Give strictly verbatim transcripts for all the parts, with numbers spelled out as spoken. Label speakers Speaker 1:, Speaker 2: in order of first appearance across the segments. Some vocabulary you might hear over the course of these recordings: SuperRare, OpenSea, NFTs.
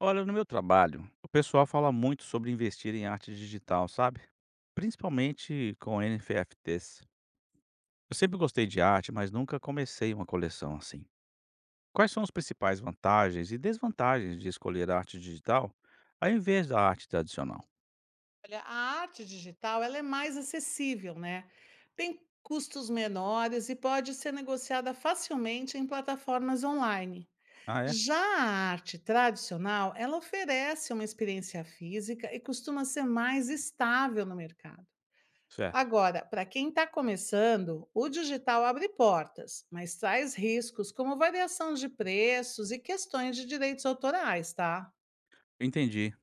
Speaker 1: Olha, no meu trabalho, o pessoal fala muito sobre investir em arte digital, sabe? Principalmente com N F Ts. Eu sempre gostei de arte, mas nunca comecei uma coleção assim. Quais são as principais vantagens e desvantagens de escolher arte digital ao invés da arte tradicional?
Speaker 2: Olha, a arte digital ela é mais acessível, né? Tem custos menores e pode ser negociada facilmente em plataformas online.
Speaker 1: Ah, é?
Speaker 2: Já a arte tradicional, ela oferece uma experiência física e costuma ser mais estável no mercado.
Speaker 1: Certo.
Speaker 2: Agora, para quem está começando, o digital abre portas, mas traz riscos como variação de preços e questões de direitos autorais, tá?
Speaker 1: Entendi.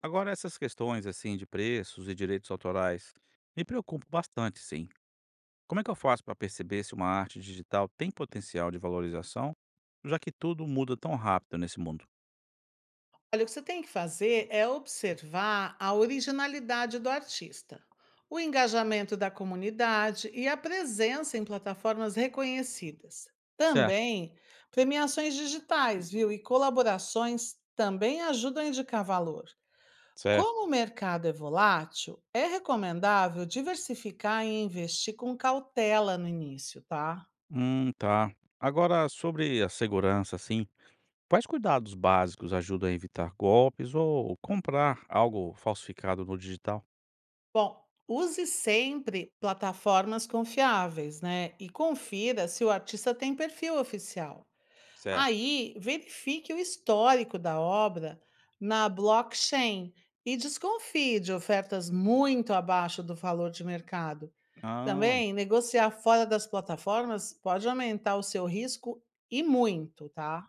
Speaker 1: Agora, essas questões assim de preços e direitos autorais me preocupam bastante, sim. Como é que eu faço para perceber se uma arte digital tem potencial de valorização, já que tudo muda tão rápido nesse mundo?
Speaker 2: Olha, o que você tem que fazer é observar a originalidade do artista, o engajamento da comunidade e a presença em plataformas reconhecidas.
Speaker 1: Certo,
Speaker 2: Também premiações digitais, viu? E colaborações também ajudam a indicar valor.
Speaker 1: certo.
Speaker 2: Como o mercado é volátil, é recomendável diversificar e investir com cautela no início, tá?
Speaker 1: Hum, tá. Agora, sobre a segurança, assim, quais cuidados básicos ajudam a evitar golpes ou comprar algo falsificado no digital?
Speaker 2: Bom, use sempre plataformas confiáveis, né? E confira se o artista tem perfil oficial.
Speaker 1: Certo.
Speaker 2: Aí, verifique o histórico da obra na blockchain e desconfie de ofertas muito abaixo do valor de mercado.
Speaker 1: Ah,
Speaker 2: Também, negociar fora das plataformas pode aumentar o seu risco e muito, tá?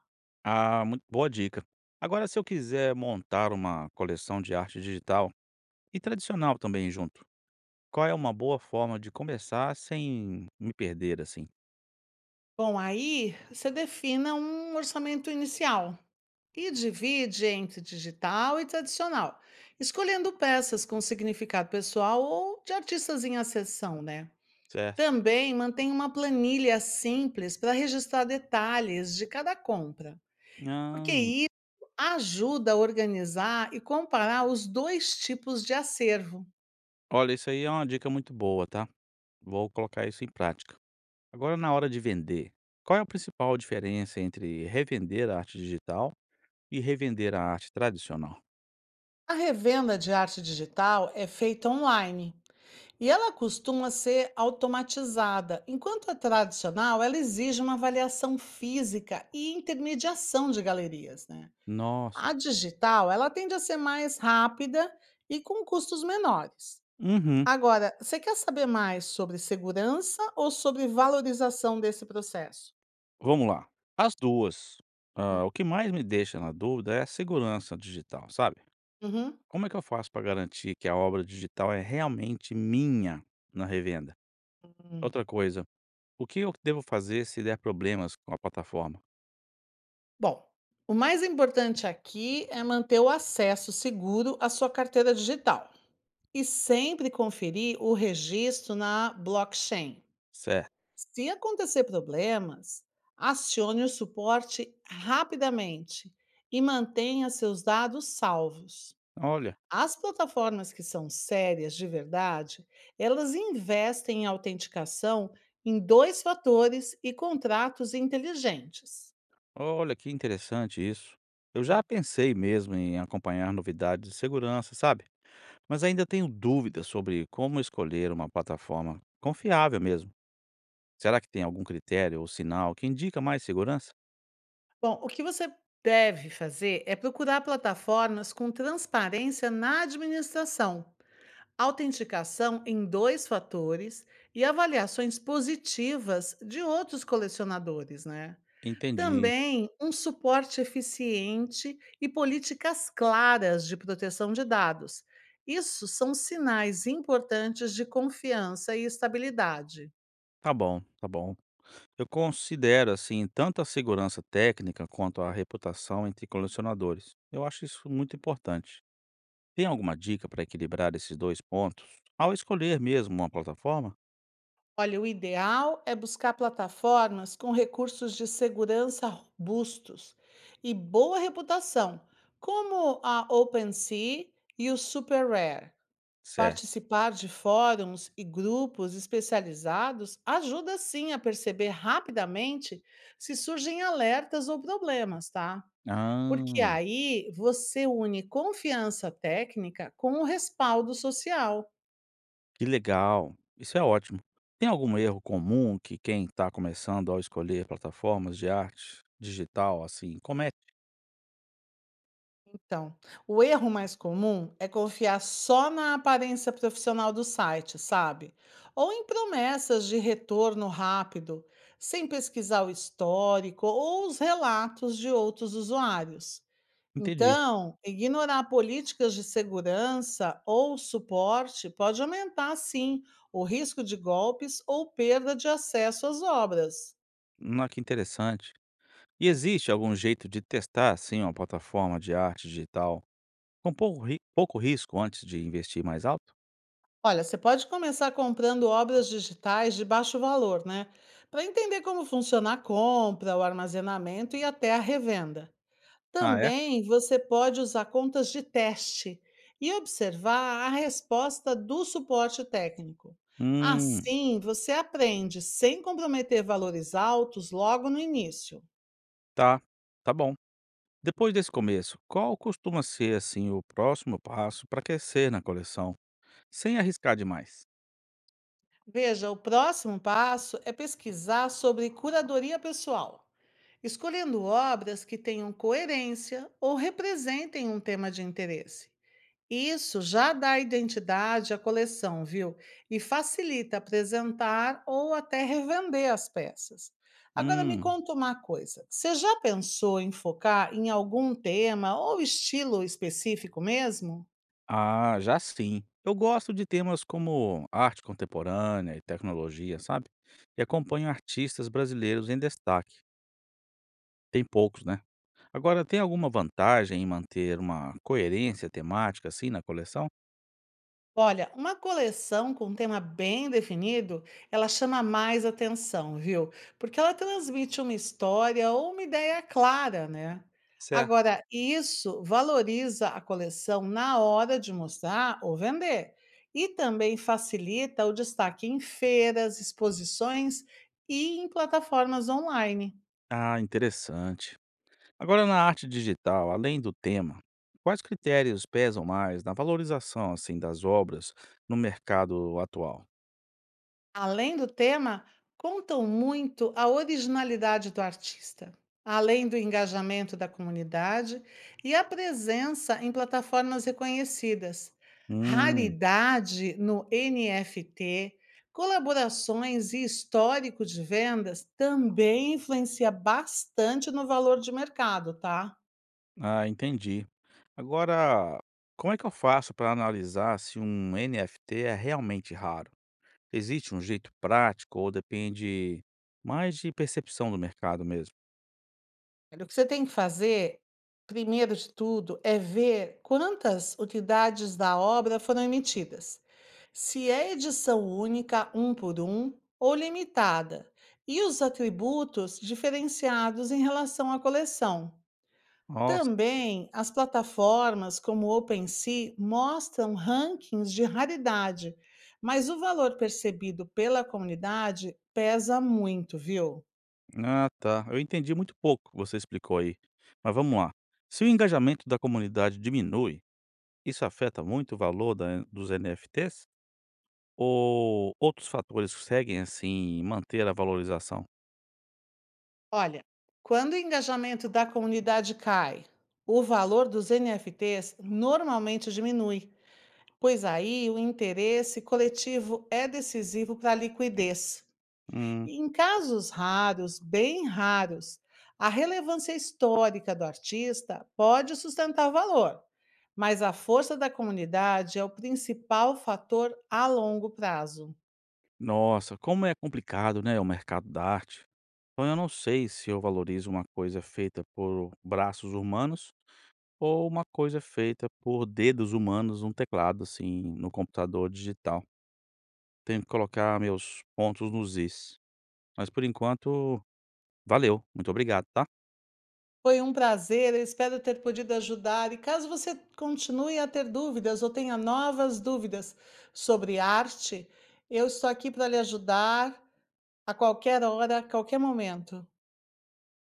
Speaker 1: ah, muito boa dica. Agora, se eu quiser montar uma coleção de arte digital e tradicional também junto, qual é uma boa forma de começar sem me perder assim?
Speaker 2: Bom, aí você defina um orçamento inicial e divide entre digital e tradicional, escolhendo peças com significado pessoal ou de artistas em ascensão, né?
Speaker 1: Certo.
Speaker 2: Também mantém uma planilha simples para registrar detalhes de cada compra, porque
Speaker 1: Ah,
Speaker 2: isso ajuda a organizar e comparar os dois tipos de acervo.
Speaker 1: olha, isso aí é uma dica muito boa, tá? Vou colocar isso em prática. Agora, na hora de vender, qual é a principal diferença entre revender a arte digital e revender a arte tradicional?
Speaker 2: A revenda de arte digital é feita online, e ela costuma ser automatizada, enquanto a tradicional ela exige uma avaliação física e intermediação de galerias, né?
Speaker 1: Nossa.
Speaker 2: A digital, ela tende a ser mais rápida e com custos menores.
Speaker 1: Uhum.
Speaker 2: Agora, você quer saber mais sobre segurança ou sobre valorização desse processo?
Speaker 1: Vamos lá. As duas. Ah, o que mais me deixa na dúvida é a segurança digital, sabe?
Speaker 2: Uhum.
Speaker 1: Como é que eu faço para garantir que a obra digital é realmente minha na revenda?
Speaker 2: Hum.
Speaker 1: Outra coisa, o que eu devo fazer se der problemas com a plataforma?
Speaker 2: Bom, o mais importante aqui é manter o acesso seguro à sua carteira digital. E sempre conferir o registro na blockchain.
Speaker 1: Certo.
Speaker 2: Se acontecer problemas, acione o suporte rapidamente e mantenha seus dados salvos.
Speaker 1: Olha.
Speaker 2: As plataformas que são sérias de verdade, elas investem em autenticação em dois fatores e contratos inteligentes.
Speaker 1: Olha, que interessante isso. Eu já pensei mesmo em acompanhar novidades de segurança, sabe? Mas ainda tenho dúvidas sobre como escolher uma plataforma confiável mesmo. Será que tem algum critério ou sinal que indica mais segurança?
Speaker 2: Bom, o que você deve fazer é procurar plataformas com transparência na administração, autenticação em dois fatores e avaliações positivas de outros colecionadores, né?
Speaker 1: Entendi.
Speaker 2: Também um suporte eficiente e políticas claras de proteção de dados. Isso são sinais importantes de confiança e estabilidade.
Speaker 1: Tá bom, tá bom. Eu considero assim tanto a segurança técnica quanto a reputação entre colecionadores. Eu acho isso muito importante. Tem alguma dica para equilibrar esses dois pontos ao escolher mesmo uma plataforma?
Speaker 2: Olha, o ideal é buscar plataformas com recursos de segurança robustos e boa reputação, como a OpenSea e o SuperRare.
Speaker 1: Certo.
Speaker 2: Participar de fóruns e grupos especializados ajuda sim a perceber rapidamente se surgem alertas ou problemas, tá? Porque
Speaker 1: Ah.
Speaker 2: aí você une confiança técnica com o respaldo social.
Speaker 1: Que legal, isso é ótimo. Tem algum erro comum que quem está começando ao escolher plataformas de arte digital, assim, comete?
Speaker 2: Então, o erro mais comum é confiar só na aparência profissional do site, sabe? Ou em promessas de retorno rápido, sem pesquisar o histórico ou os relatos de outros usuários.
Speaker 1: Entendi.
Speaker 2: Então, ignorar políticas de segurança ou suporte pode aumentar, sim, o risco de golpes ou perda de acesso às obras.
Speaker 1: Ah, que interessante. E
Speaker 2: Hum.
Speaker 1: existe algum jeito de testar, assim, uma plataforma de arte digital com pouco ri pouco risco antes de investir mais alto?
Speaker 2: Olha, você pode começar comprando obras digitais de baixo valor, né? Para entender como funciona a compra, o armazenamento e até a revenda.
Speaker 1: Ah, é?
Speaker 2: Também você pode usar contas de teste e observar a resposta do suporte técnico.
Speaker 1: Hum,
Speaker 2: Assim, você aprende sem comprometer valores altos logo no início.
Speaker 1: tá, tá bom. Depois desse começo, qual costuma ser, assim, o próximo passo para crescer na coleção, sem arriscar demais?
Speaker 2: Veja, o próximo passo é pesquisar sobre curadoria pessoal, escolhendo obras que tenham coerência ou representem um tema de interesse. Isso já dá identidade à coleção, viu? E facilita apresentar ou até revender as peças. Agora me
Speaker 1: Hum.
Speaker 2: conta uma coisa: você já pensou em focar em algum tema ou estilo específico mesmo?
Speaker 1: Ah, já sim. Eu gosto de temas como arte contemporânea e tecnologia, sabe? E acompanho artistas brasileiros em destaque. Tem poucos, né? Agora, tem alguma vantagem em manter uma coerência temática assim na coleção?
Speaker 2: Olha, uma coleção com um tema bem definido, ela chama mais atenção, viu? Porque ela transmite uma história ou uma ideia clara, né?
Speaker 1: Certo.
Speaker 2: Agora, isso valoriza a coleção na hora de mostrar ou vender e também facilita o destaque em feiras, exposições e em plataformas online.
Speaker 1: Ah, interessante. Agora, na arte digital, além do tema, quais critérios pesam mais na valorização assim das obras no mercado atual?
Speaker 2: Além do tema, contam muito a originalidade do artista, além do engajamento da comunidade e a presença em plataformas reconhecidas.
Speaker 1: Hum.
Speaker 2: Raridade no N F T, colaborações e histórico de vendas também influencia bastante no valor de mercado, tá?
Speaker 1: Ah, entendi. Agora, como é que eu faço para analisar se um N F T é realmente raro? Existe um jeito prático ou depende mais de percepção do mercado mesmo?
Speaker 2: Olha, o que você tem que fazer, primeiro de tudo, é ver quantas unidades da obra foram emitidas. Se é edição única, um por um, ou limitada, e os atributos diferenciados em relação à coleção.
Speaker 1: Nossa,
Speaker 2: Também as plataformas como OpenSea mostram rankings de raridade, mas o valor percebido pela comunidade pesa muito, viu?
Speaker 1: ah tá. Eu entendi muito pouco que você explicou aí. Mas vamos lá. Se o engajamento da comunidade diminui, isso afeta muito o valor da- dos N F Ts? Ou outros fatores conseguem, assim, manter a valorização?
Speaker 2: Olha, quando o engajamento da comunidade cai, o valor dos N F Ts normalmente diminui, pois aí o interesse coletivo é decisivo para a liquidez.
Speaker 1: Hum,
Speaker 2: E em casos raros, bem raros, a relevância histórica do artista pode sustentar o valor, mas a força da comunidade é o principal fator a longo prazo.
Speaker 1: nossa, como é complicado, né, o mercado da arte. Então eu não sei se eu valorizo uma coisa feita por braços humanos ou uma coisa feita por dedos humanos num teclado, assim, no computador digital. Tenho que colocar meus pontos nos is. Mas por enquanto, valeu. Muito obrigado, tá?
Speaker 2: Foi um prazer, eu espero ter podido ajudar. E caso você continue a ter dúvidas ou tenha novas dúvidas sobre arte, eu estou aqui para lhe ajudar a qualquer hora, a qualquer momento.